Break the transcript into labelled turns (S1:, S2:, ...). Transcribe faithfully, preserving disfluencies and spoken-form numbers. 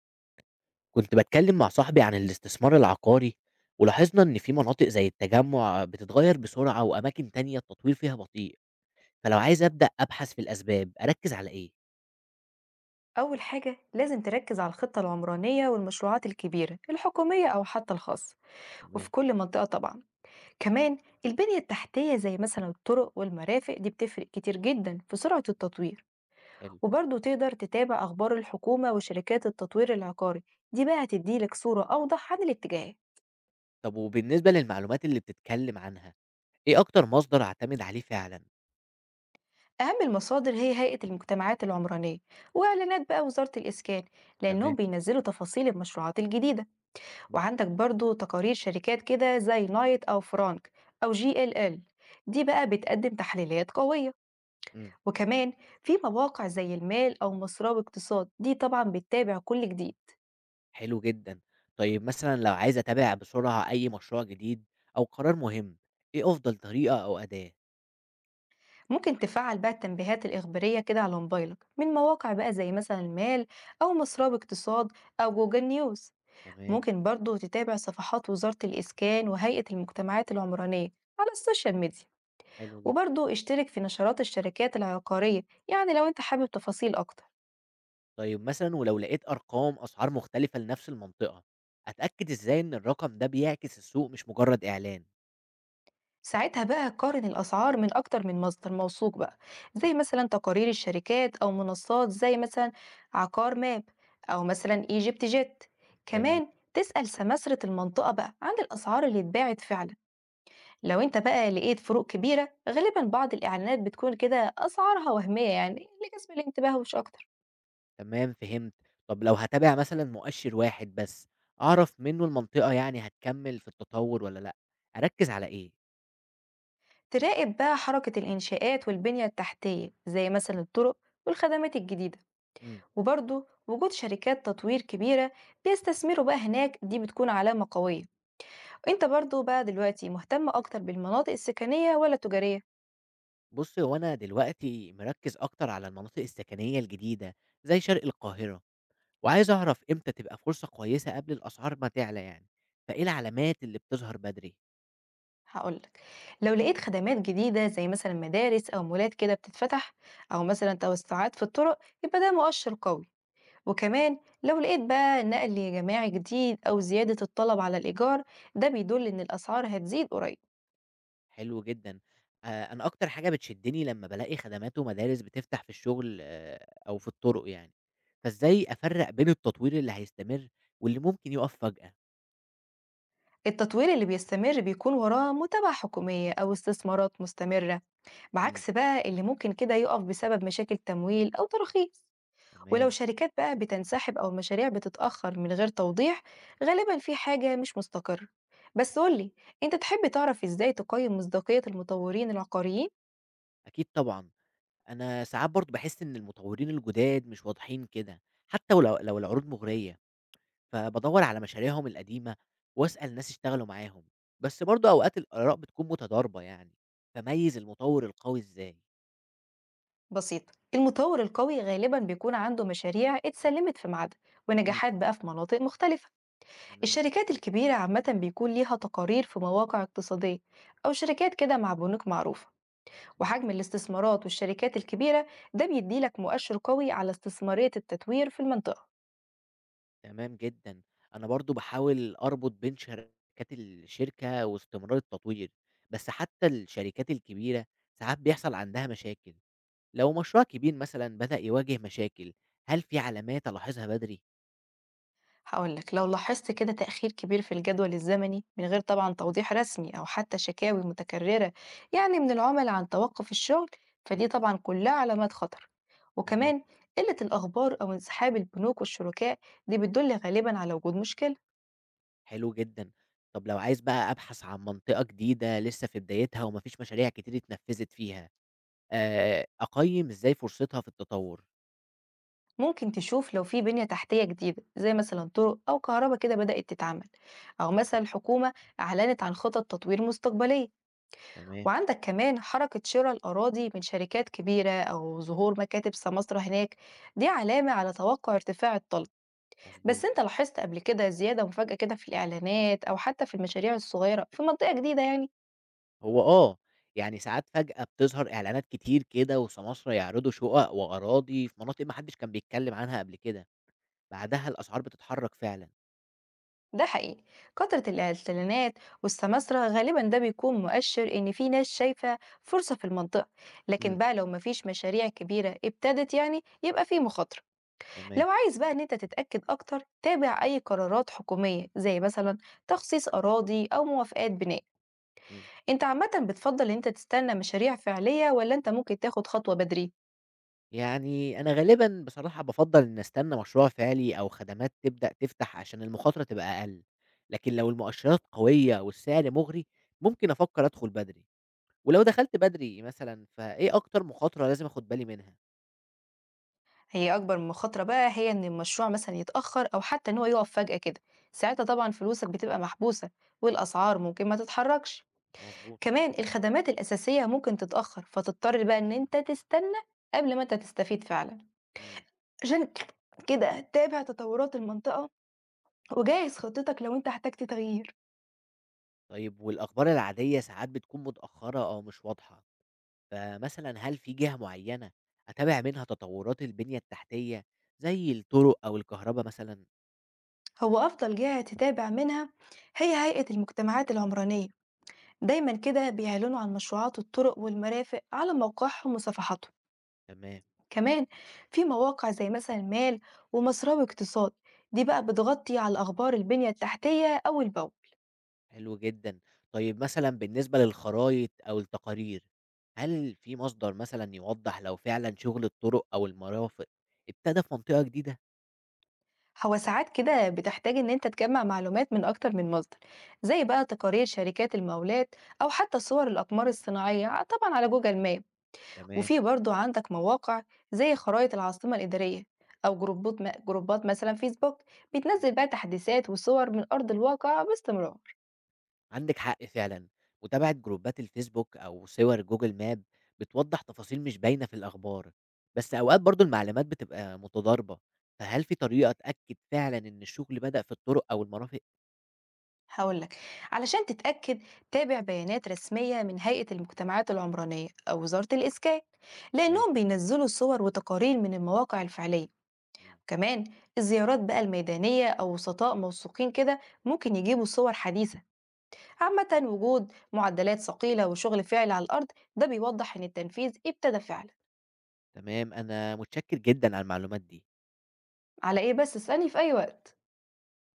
S1: كنت باتكلم مع صاحبي عن الاستثمار العقاري ولاحظنا إن في مناطق زي التجمع بتتغير بسرعة وأماكن تانية التطوير فيها بطيء فلو عايز أبدأ أبحث في الأسباب أركز على إيه؟
S2: أول حاجة لازم تركز على الخطة العمرانية والمشروعات الكبيرة الحكومية أو حتى الخاصة،
S1: تمام
S2: وفي كل منطقة طبعا. كمان البنية التحتية زي مثلا الطرق والمرافق دي بتفرق كتير جدا في سرعة التطوير.
S1: حلو
S2: وبرضه تقدر تتابع أخبار الحكومة وشركات التطوير العقاري، دي بقى هتديلك صورة أوضح عن الاتجاه.
S1: طب وبالنسبة للمعلومات اللي بتتكلم عنها إيه أكتر مصدر أعتمد عليه فعلا؟
S2: أهم المصادر هي هيئة المجتمعات العمرانية وإعلانات بقى وزارة الإسكان، لأنهم
S1: تمام
S2: بينزلوا تفاصيل المشروعات الجديدة.
S1: مم.
S2: وعندك برضو تقارير شركات كده زي نايت أو فرانك أو جي ال ال، دي بقى بتقدم تحليلات قوية.
S1: مم.
S2: وكمان في مواقع زي المال أو مصراوي اقتصاد، دي طبعا بتتابع كل جديد.
S1: حلو جدا طيب مثلا لو عايز أتابع بسرعة أي مشروع جديد أو قرار مهم إيه أفضل طريقة أو أداة؟
S2: ممكن تفعل بقى التنبيهات الإخبارية كده على موبايلك من مواقع بقى زي مثلا المال أو مصراوي اقتصاد أو جوجل نيوز.
S1: تمام
S2: ممكن برضو تتابع صفحات وزارة الإسكان وهيئة المجتمعات العمرانية على السوشيال ميديا.
S1: حلو جدا
S2: وبرضو اشترك في نشرات الشركات العقارية، يعني لو انت حابب تفاصيل أكتر.
S1: طيب مثلًا ولو لقيت أرقام أسعار مختلفة لنفس المنطقة، أتأكد إزاي إن الرقم ده بيعكس السوق مش مجرد إعلان؟
S2: ساعتها بقى قارن الأسعار من أكتر من مصدر موثوق بقى، زي مثلا تقارير الشركات أو منصات زي مثلا عقار ماب أو مثلا ايجيبت جيت.
S1: جميل،
S2: كمان تسأل سماسرة المنطقة بقى عن الأسعار اللي اتباعت فعلا. لو انت بقى لقيت فروق كبيرة، غالبا بعض الإعلانات بتكون كده أسعارها وهمية يعني لجذب الانتباه مش أكتر.
S1: تمام فهمت. طب لو هاتابع مثلًا مؤشر واحد بس، أعرف منه المنطقة يعني هتكمل في التطور والّا لأ، أركز على إيه؟
S2: تراقب بقى حركة الإنشاءات والبنية التحتية زي مثلا الطرق والخدمات الجديدة.
S1: إمم،
S2: وبرضه وجود شركات تطوير كبيرة بيستثمروا بقى هناك، دي بتكون علامة قوية. وانت برضه بقى دلوقتي مهتم اكتر بالمناطق السكنية ولا التجارية؟
S1: بُص هو أنا دلوقتي مركز أكتر على المناطق السكنية الجديدة زي شرق القاهرة، وعايز أعرف إمتى تبقى فرصة كويسة قبل الأسعار ما تعلى يعني، فإيه العلامات اللي بتظهر بدري؟
S2: هقولك، لو لقيت خدمات جديدة زي مثلا مدارس أو مولات كده بتتفتح، أو مثلا توسعات في الطرق، يبقى ده مؤشر قوي. وكمان لو لقيت بقى نقل جماعي جديد أو زيادة الطلب على الإيجار، ده بيدل إن الأسعار هتزيد قريب.
S1: حلو جدًا. آآ أنا أكتر حاجة بتشدّني لمّا بالاقي خدمات ومدارس بتفتح في الشغل آآ أو في الطُرُق يعني، فإزاي أفرّق بين التطوير اللي هيستمر واللي ممكن يُقف فجأة؟
S2: التطوير اللي بيستمر بيكون وراه متابعة حكومية أو استثمارات مستمرة،
S1: إمم،
S2: بعكس بقى اللي ممكن كده يقف بسبب مشاكل تمويل أو تراخيص. ولو
S1: تمام،
S2: شركات بقى بتنسحب أو المشاريع بتتأخر من غير توضيح، غالبا في حاجة مش مستقرة. بس قولي، أنت تحب تعرف إزاي تقيم مصداقية المطورين العقاريين؟
S1: أكيد طبعًا. أنا ساعات برضه باحس إن المطوّرين الجُداد مش واضحين كده، حتّى ولو لو العروض مغرية، فبادوّر على مشاريعهم القديمة وأسأل ناس اشتغلوا معاهم، بس برضه أوقات الآراء بتكون متضاربة يعني، فاميّز المطوّر القوي إزاي؟
S2: بسيطة، المطور القوي غالبا بيكون عنده مشاريع اتسلمت في ميعادها
S1: إمم،
S2: ونجاحات بقى في مناطق مختلفة.
S1: تمام.
S2: الشركات الكبيرة عامة بيكون ليها تقارير في مواقع اقتصادية أو شركات كده مع بنوك معروفة. وحجم الاستثمارات والشركات الكبيرة، ده بيديلك مؤشر قوي على استثمارية التطوير في المنطقة.
S1: تمام جدًا. أنا برضه باحاول أربط بين شركات الشركة واستمرار التطوير، بس حتى الشركات الكبيرة ساعات بيحصل عندها مشاكل. لو مشروع كبير مثلًا بدأ يواجه مشاكل، هل في علامات ألاحظها بدري؟
S2: هقولك، لو لاحظت كده تأخير كبير في الجدول الزمني من غير طبعا توضيح رسمي، أو حتى شكاوي متكررة يعني من العملاء عن توقف الشغل، فدي
S1: إمم،
S2: طبعا كلها علامات خطر.
S1: تمام،
S2: وكمان قلة الأخبار أو انسحاب البنوك والشركاء، دي بتدل غالبا على وجود مشكلة.
S1: حلو جدًا. طب لو عايز بقى أبحث عن منطقة جديدة لسه في بدايتها وما فيش مشاريع كتير اتنفذت فيها، آآ أقيّم إزاي فرصتها في التطور؟
S2: ممكن تشوف لو في بنية تحتية جديدة زي مثلا طرق أو كهرباء كده بدأت تتعمل، أو
S1: إمم،
S2: مثلا الحكومة أعلنت عن خطط تطوير مستقبلية.
S1: تمام،
S2: وعندك كمان حركة شراء الأراضي من شركات كبيرة أو ظهور مكاتب سمسرة هناك، دي علامة على توقع ارتفاع الطلب. بس
S1: مضبوط.
S2: أنت لاحظت قبل كده زيادة مفاجأة كده في الإعلانات أو حتى في المشاريع الصغيرة في منطقة جديدة يعني؟
S1: هو آه، يعني ساعات فجأة بتظهر إعلانات كتير كده وسماسرة يعرضوا شقق وأراضي في مناطق ما حدش كان بيتكلم عنها قبل كده، بعدها الأسعار بتتحرك فعلًا،
S2: ده حقيقي، كثرة الإعلانات والسماسرة غالبا ده بيكون مؤشر إن في ناس شايفة فرصة في المنطقة. لكن
S1: إمم،
S2: بقى لو مفيش مشاريع كبيرة ابتدت يعني، يبقى في مخاطرة.
S1: تمام،
S2: لو عايز بقى إن أنت تتأكد أكتر، تابع أي قرارات حكومية زي مثلا تخصيص أراضي أو موافقات بناء.
S1: إمم،
S2: أنت عامة بتفضل إن أنت تستنى مشاريع فعلية ولا أنت ممكن تاخد خطوة بدري؟
S1: يعني أنا غالبًا بصراحة بافضّل إني أستنى مشروع فعلي أو خدمات تبدأ تفتح عشان المخاطرة تبقى أقل، لكن لو المؤشرات قوية والسعر مغري ممكن أفكر أدخل بدري، ولو دخلت بدري مثلًا فإيه أكتر مخاطرة لازم آخد بالي منها؟
S2: هي أكبر مخاطرة بقى هي إن المشروع مثلًا يتأخّر أو حتى إن هو يُقف فجأة كده، ساعتها طبعًا فلوسك بتبقى محبوسة والأسعار ممكن ما تتحركش،
S1: مضبوط،
S2: كمان الخدمات الأساسية ممكن تتأخّر، فتضطر بقى إن أنت تستنى قبل ما أنت تستفيد فعلًا،
S1: إمم.
S2: عشان كده تابع تطورات المنطقة وجهّز خطتك لو أنت احتجت تغيير.
S1: طيب والأخبار العادية ساعات بتكون متأخرة أو مش واضحة، فمثلًا هل في جهة معينة أتابع منها تطورات البنية التحتية زي الطرق أو الكهربا مثلًا؟
S2: هو أفضل جهة تتابع منها هي هيئة المجتمعات العمرانية، دايمًا كده بيعلنوا عن مشروعات الطرق والمرافق على موقعهم وصفحاتهم.
S1: تمام،
S2: كمان في مواقع زي مثلا مال ومسراوي اقتصاد، دي بقى بتغطي على أخبار البنية التحتية أول بأول.
S1: حلو جدًا. طيب مثلًا بالنسبة للخرايط أو التقارير، هل في مصدر مثلًا يوضح لو فعلًا شغل الطرق أو المرافق ابتدى في منطقة جديدة؟
S2: هو ساعات كده بتحتاج إن أنت تجمع معلومات من أكتر من مصدر، زي بقى تقارير شركات المقاولات أو حتى صور الأقمار الصناعية ع- طبعا على جوجل ماب.
S1: تمام.
S2: وفي برضو عندك مواقع زي خرائط العاصمة الإدارية أو جروبات جروبات مثلا فيسبوك بتنزل بقى تحديثات وصور من أرض الواقع باستمرار.
S1: عندِك حق فعلًا، متابعة جروبات الفيسبوك أو صور جوجل ماب بتوضّح تفاصيل مش باينة في الأخبار، بس أوقات برضه المعلومات بتبقى متضاربة، فهل في طريقة أتأكد فعلًا إن الشغل بدأ في الطرق أو المرافق؟
S2: هاقول لك، علشان تتأكد تابع بيانات رسمية من هيئة المجتمعات العمرانية أو وزارة الإسكان،
S1: ماشي،
S2: لأنهم بينزلوا صور وتقارير من المواقع الفعلية.
S1: إمم،
S2: كمان الزيارات بقى الميدانية أو وسطاء موثوقين كده ممكن يجيبوا صور حديثة، عامة وجود معدلات ثقيلة وشغل فعلي على الأرض ده بيوضح إن التنفيذ ابتدى فعلا.
S1: تمام، أنا متشكر جدًا على المعلومات دي.
S2: على إيه بس، اسألني في أي وقت.